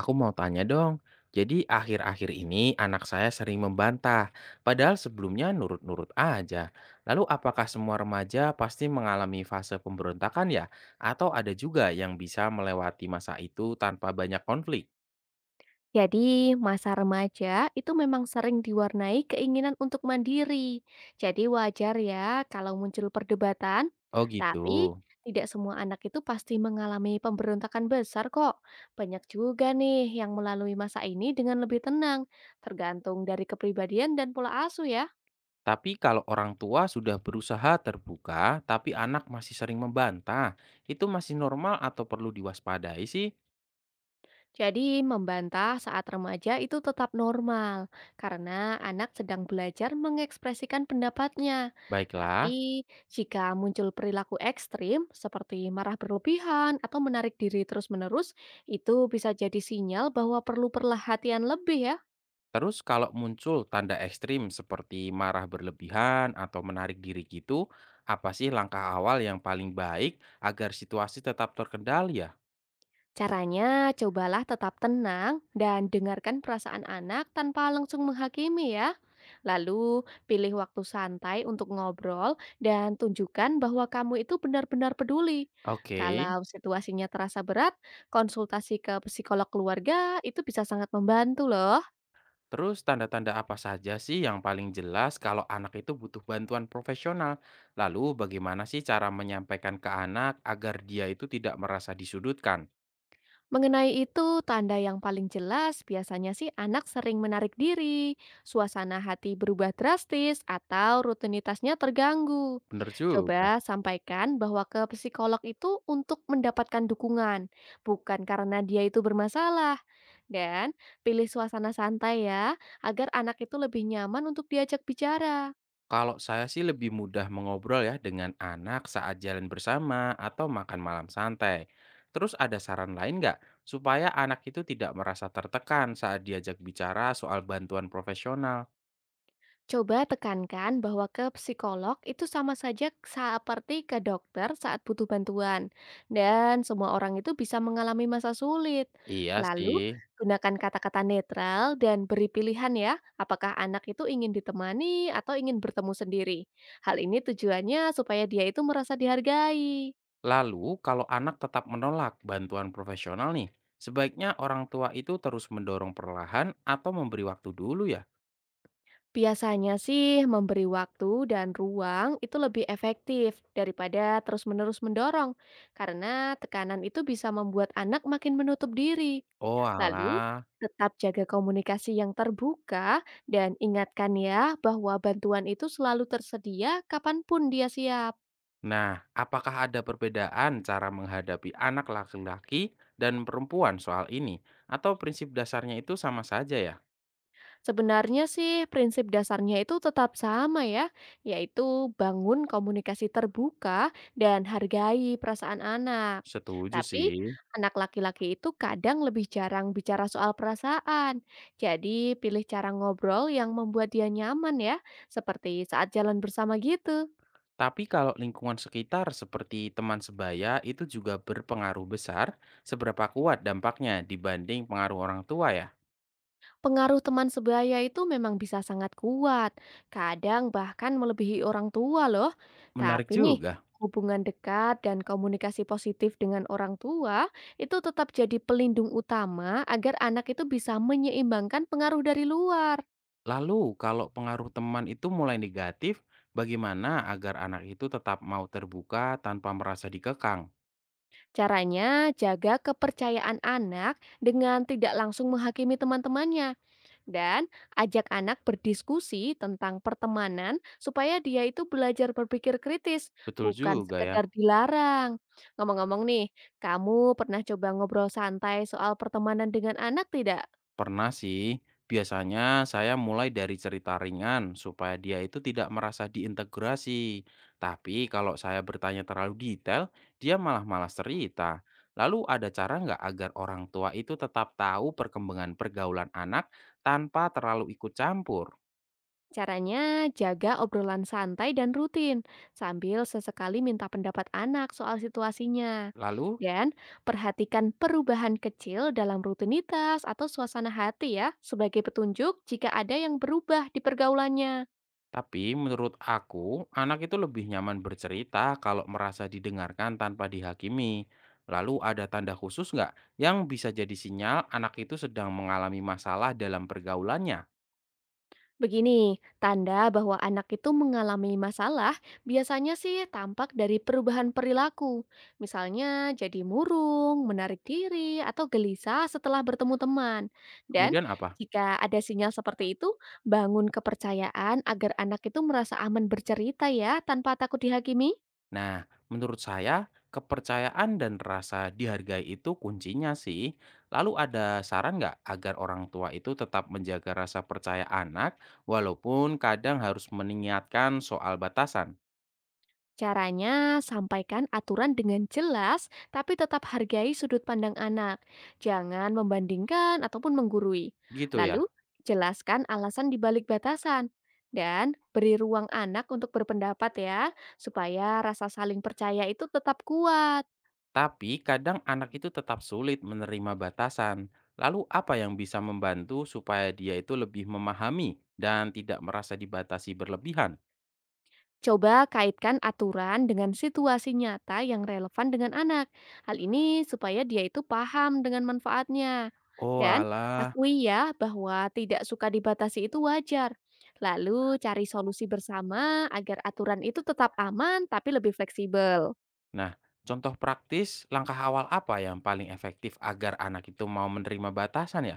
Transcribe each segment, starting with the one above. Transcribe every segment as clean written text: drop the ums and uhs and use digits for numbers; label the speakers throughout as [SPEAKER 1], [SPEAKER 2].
[SPEAKER 1] Aku mau tanya dong. Jadi akhir-akhir ini anak saya sering membantah, padahal sebelumnya nurut-nurut aja. Lalu apakah semua remaja pasti mengalami fase pemberontakan ya? Atau ada juga yang bisa melewati masa itu tanpa banyak konflik?
[SPEAKER 2] Jadi, masa remaja itu memang sering diwarnai keinginan untuk mandiri. Jadi, wajar ya kalau muncul perdebatan,
[SPEAKER 1] Oh gitu.
[SPEAKER 2] tapi tidak semua anak itu pasti mengalami pemberontakan besar kok. Banyak juga nih yang melalui masa ini dengan lebih tenang, tergantung dari kepribadian dan pola asuh ya.
[SPEAKER 1] Tapi kalau orang tua sudah berusaha terbuka, tapi anak masih sering membantah, itu masih normal atau perlu diwaspadai sih?
[SPEAKER 2] Jadi, membantah saat remaja itu tetap normal karena anak sedang belajar mengekspresikan pendapatnya.
[SPEAKER 1] Baiklah.
[SPEAKER 2] Tapi, jika muncul perilaku ekstrim seperti marah berlebihan atau menarik diri terus-menerus, itu bisa jadi sinyal bahwa perlu perhatian lebih ya.
[SPEAKER 1] Terus kalau muncul tanda ekstrim seperti marah berlebihan atau menarik diri gitu, apa sih langkah awal yang paling baik agar situasi tetap terkendali ya?
[SPEAKER 2] Caranya, cobalah tetap tenang dan dengarkan perasaan anak tanpa langsung menghakimi ya. Lalu, pilih waktu santai untuk ngobrol dan tunjukkan bahwa kamu itu benar-benar peduli.
[SPEAKER 1] Oke,
[SPEAKER 2] Kalau situasinya terasa berat, konsultasi ke psikolog keluarga itu bisa sangat membantu loh.
[SPEAKER 1] terus tanda-tanda apa saja sih yang paling jelas kalau anak itu butuh bantuan profesional? Lalu bagaimana sih cara menyampaikan ke anak agar dia itu tidak merasa disudutkan?
[SPEAKER 2] Mengenai itu, tanda yang paling jelas biasanya sih anak sering menarik diri, suasana hati berubah drastis, atau rutinitasnya terganggu.
[SPEAKER 1] Bener juga.
[SPEAKER 2] Coba sampaikan bahwa ke psikolog itu untuk mendapatkan dukungan, bukan karena dia itu bermasalah. Dan pilih suasana santai ya, agar anak itu lebih nyaman untuk diajak bicara.
[SPEAKER 1] Kalau saya sih lebih mudah mengobrol ya dengan anak saat jalan bersama atau makan malam santai. Terus ada saran lain nggak supaya anak itu tidak merasa tertekan saat diajak bicara soal bantuan profesional?
[SPEAKER 2] Coba tekankan bahwa ke psikolog itu sama saja seperti ke dokter saat butuh bantuan. Dan semua orang itu bisa mengalami masa sulit.
[SPEAKER 1] Iya
[SPEAKER 2] Lalu,
[SPEAKER 1] sih.
[SPEAKER 2] gunakan kata-kata netral dan beri pilihan ya, apakah anak itu ingin ditemani atau ingin bertemu sendiri. Hal ini tujuannya supaya dia itu merasa dihargai.
[SPEAKER 1] Lalu kalau anak tetap menolak bantuan profesional nih, sebaiknya orang tua itu terus mendorong perlahan atau memberi waktu dulu ya?
[SPEAKER 2] Biasanya sih memberi waktu dan ruang itu lebih efektif daripada terus-menerus mendorong, karena tekanan itu bisa membuat anak makin menutup diri.
[SPEAKER 1] Oh
[SPEAKER 2] Lalu,
[SPEAKER 1] alah.
[SPEAKER 2] tetap jaga komunikasi yang terbuka dan ingatkan ya bahwa bantuan itu selalu tersedia kapanpun dia siap.
[SPEAKER 1] Nah, apakah ada perbedaan cara menghadapi anak laki-laki dan perempuan soal ini? Atau prinsip dasarnya itu sama saja ya?
[SPEAKER 2] Sebenarnya sih prinsip dasarnya itu tetap sama ya, yaitu bangun komunikasi terbuka dan hargai perasaan anak.
[SPEAKER 1] Setuju
[SPEAKER 2] Tapi
[SPEAKER 1] sih.
[SPEAKER 2] anak laki-laki itu kadang lebih jarang bicara soal perasaan. Jadi pilih cara ngobrol yang membuat dia nyaman ya, seperti saat jalan bersama gitu.
[SPEAKER 1] Tapi kalau lingkungan sekitar seperti teman sebaya itu juga berpengaruh besar, seberapa kuat dampaknya dibanding pengaruh orang tua ya?
[SPEAKER 2] Pengaruh teman sebaya itu memang bisa sangat kuat, kadang bahkan melebihi orang tua loh.
[SPEAKER 1] Menarik
[SPEAKER 2] Tapi nih,
[SPEAKER 1] juga.
[SPEAKER 2] hubungan dekat dan komunikasi positif dengan orang tua itu tetap jadi pelindung utama agar anak itu bisa menyeimbangkan pengaruh dari luar.
[SPEAKER 1] Lalu kalau pengaruh teman itu mulai negatif, bagaimana agar anak itu tetap mau terbuka tanpa merasa dikekang?
[SPEAKER 2] Caranya, jaga kepercayaan anak dengan tidak langsung menghakimi teman-temannya. Dan ajak anak berdiskusi tentang pertemanan supaya dia itu belajar berpikir kritis,
[SPEAKER 1] Betul
[SPEAKER 2] bukan
[SPEAKER 1] juga ya.
[SPEAKER 2] sekedar dilarang. Ngomong-ngomong nih, kamu pernah coba ngobrol santai soal pertemanan dengan anak tidak?
[SPEAKER 1] Pernah sih. Biasanya saya mulai dari cerita ringan supaya dia itu tidak merasa diintegrasi. Tapi kalau saya bertanya terlalu detail, dia malah malas cerita. Lalu ada cara nggak agar orang tua itu tetap tahu perkembangan pergaulan anak tanpa terlalu ikut campur?
[SPEAKER 2] Caranya jaga obrolan santai dan rutin, sambil sesekali minta pendapat anak soal situasinya.
[SPEAKER 1] Lalu
[SPEAKER 2] Dan perhatikan perubahan kecil dalam rutinitas atau suasana hati ya, sebagai petunjuk jika ada yang berubah di pergaulannya.
[SPEAKER 1] tapi menurut aku, anak itu lebih nyaman bercerita kalau merasa didengarkan tanpa dihakimi. Lalu ada tanda khusus nggak yang bisa jadi sinyal anak itu sedang mengalami masalah dalam pergaulannya?
[SPEAKER 2] Begini, tanda bahwa anak itu mengalami masalah biasanya sih tampak dari perubahan perilaku. Misalnya jadi murung, menarik diri, atau gelisah setelah bertemu teman. Dan
[SPEAKER 1] Kemudian apa?
[SPEAKER 2] jika ada sinyal seperti itu, bangun kepercayaan agar anak itu merasa aman bercerita ya tanpa takut dihakimi.
[SPEAKER 1] Nah, menurut saya kepercayaan dan rasa dihargai itu kuncinya sih. Lalu ada saran nggak agar orang tua itu tetap menjaga rasa percaya anak walaupun kadang harus mengingatkan soal batasan?
[SPEAKER 2] Caranya, sampaikan aturan dengan jelas, tapi tetap hargai sudut pandang anak. Jangan membandingkan ataupun menggurui.
[SPEAKER 1] Gitu ya.
[SPEAKER 2] Lalu, jelaskan alasan di balik batasan. Dan beri ruang anak untuk berpendapat ya, supaya rasa saling percaya itu tetap kuat.
[SPEAKER 1] Tapi kadang anak itu tetap sulit menerima batasan. Lalu apa yang bisa membantu supaya dia itu lebih memahami dan tidak merasa dibatasi berlebihan?
[SPEAKER 2] Coba kaitkan aturan dengan situasi nyata yang relevan dengan anak. Hal ini supaya dia itu paham dengan manfaatnya.
[SPEAKER 1] Oh
[SPEAKER 2] Dan
[SPEAKER 1] alah.
[SPEAKER 2] akui ya bahwa tidak suka dibatasi itu wajar. Lalu cari solusi bersama agar aturan itu tetap aman tapi lebih fleksibel.
[SPEAKER 1] Nah, contoh praktis langkah awal apa yang paling efektif agar anak itu mau menerima batasan ya?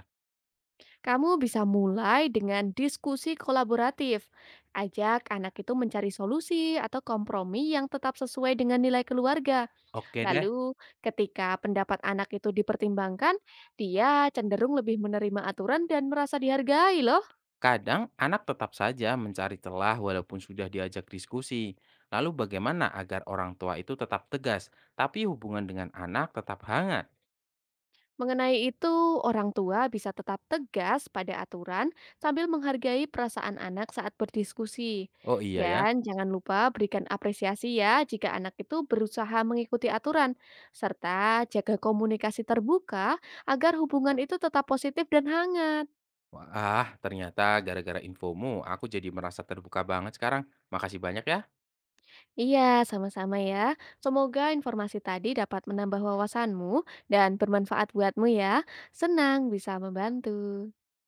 [SPEAKER 2] Kamu bisa mulai dengan diskusi kolaboratif. Ajak anak itu mencari solusi atau kompromi yang tetap sesuai dengan nilai keluarga.
[SPEAKER 1] Oke deh.
[SPEAKER 2] Lalu, ketika pendapat anak itu dipertimbangkan, dia cenderung lebih menerima aturan dan merasa dihargai loh.
[SPEAKER 1] Kadang anak tetap saja mencari celah walaupun sudah diajak diskusi. Lalu bagaimana agar orang tua itu tetap tegas, tapi hubungan dengan anak tetap hangat?
[SPEAKER 2] Mengenai itu, orang tua bisa tetap tegas pada aturan sambil menghargai perasaan anak saat berdiskusi.
[SPEAKER 1] Oh iya ya.
[SPEAKER 2] Dan jangan lupa berikan apresiasi ya jika anak itu berusaha mengikuti aturan, serta jaga komunikasi terbuka agar hubungan itu tetap positif dan hangat.
[SPEAKER 1] Wah, ternyata gara-gara infomu aku jadi merasa terbuka banget sekarang. Makasih banyak ya.
[SPEAKER 2] Iya, sama-sama ya. Semoga informasi tadi dapat menambah wawasanmu dan bermanfaat buatmu ya. Senang bisa membantu.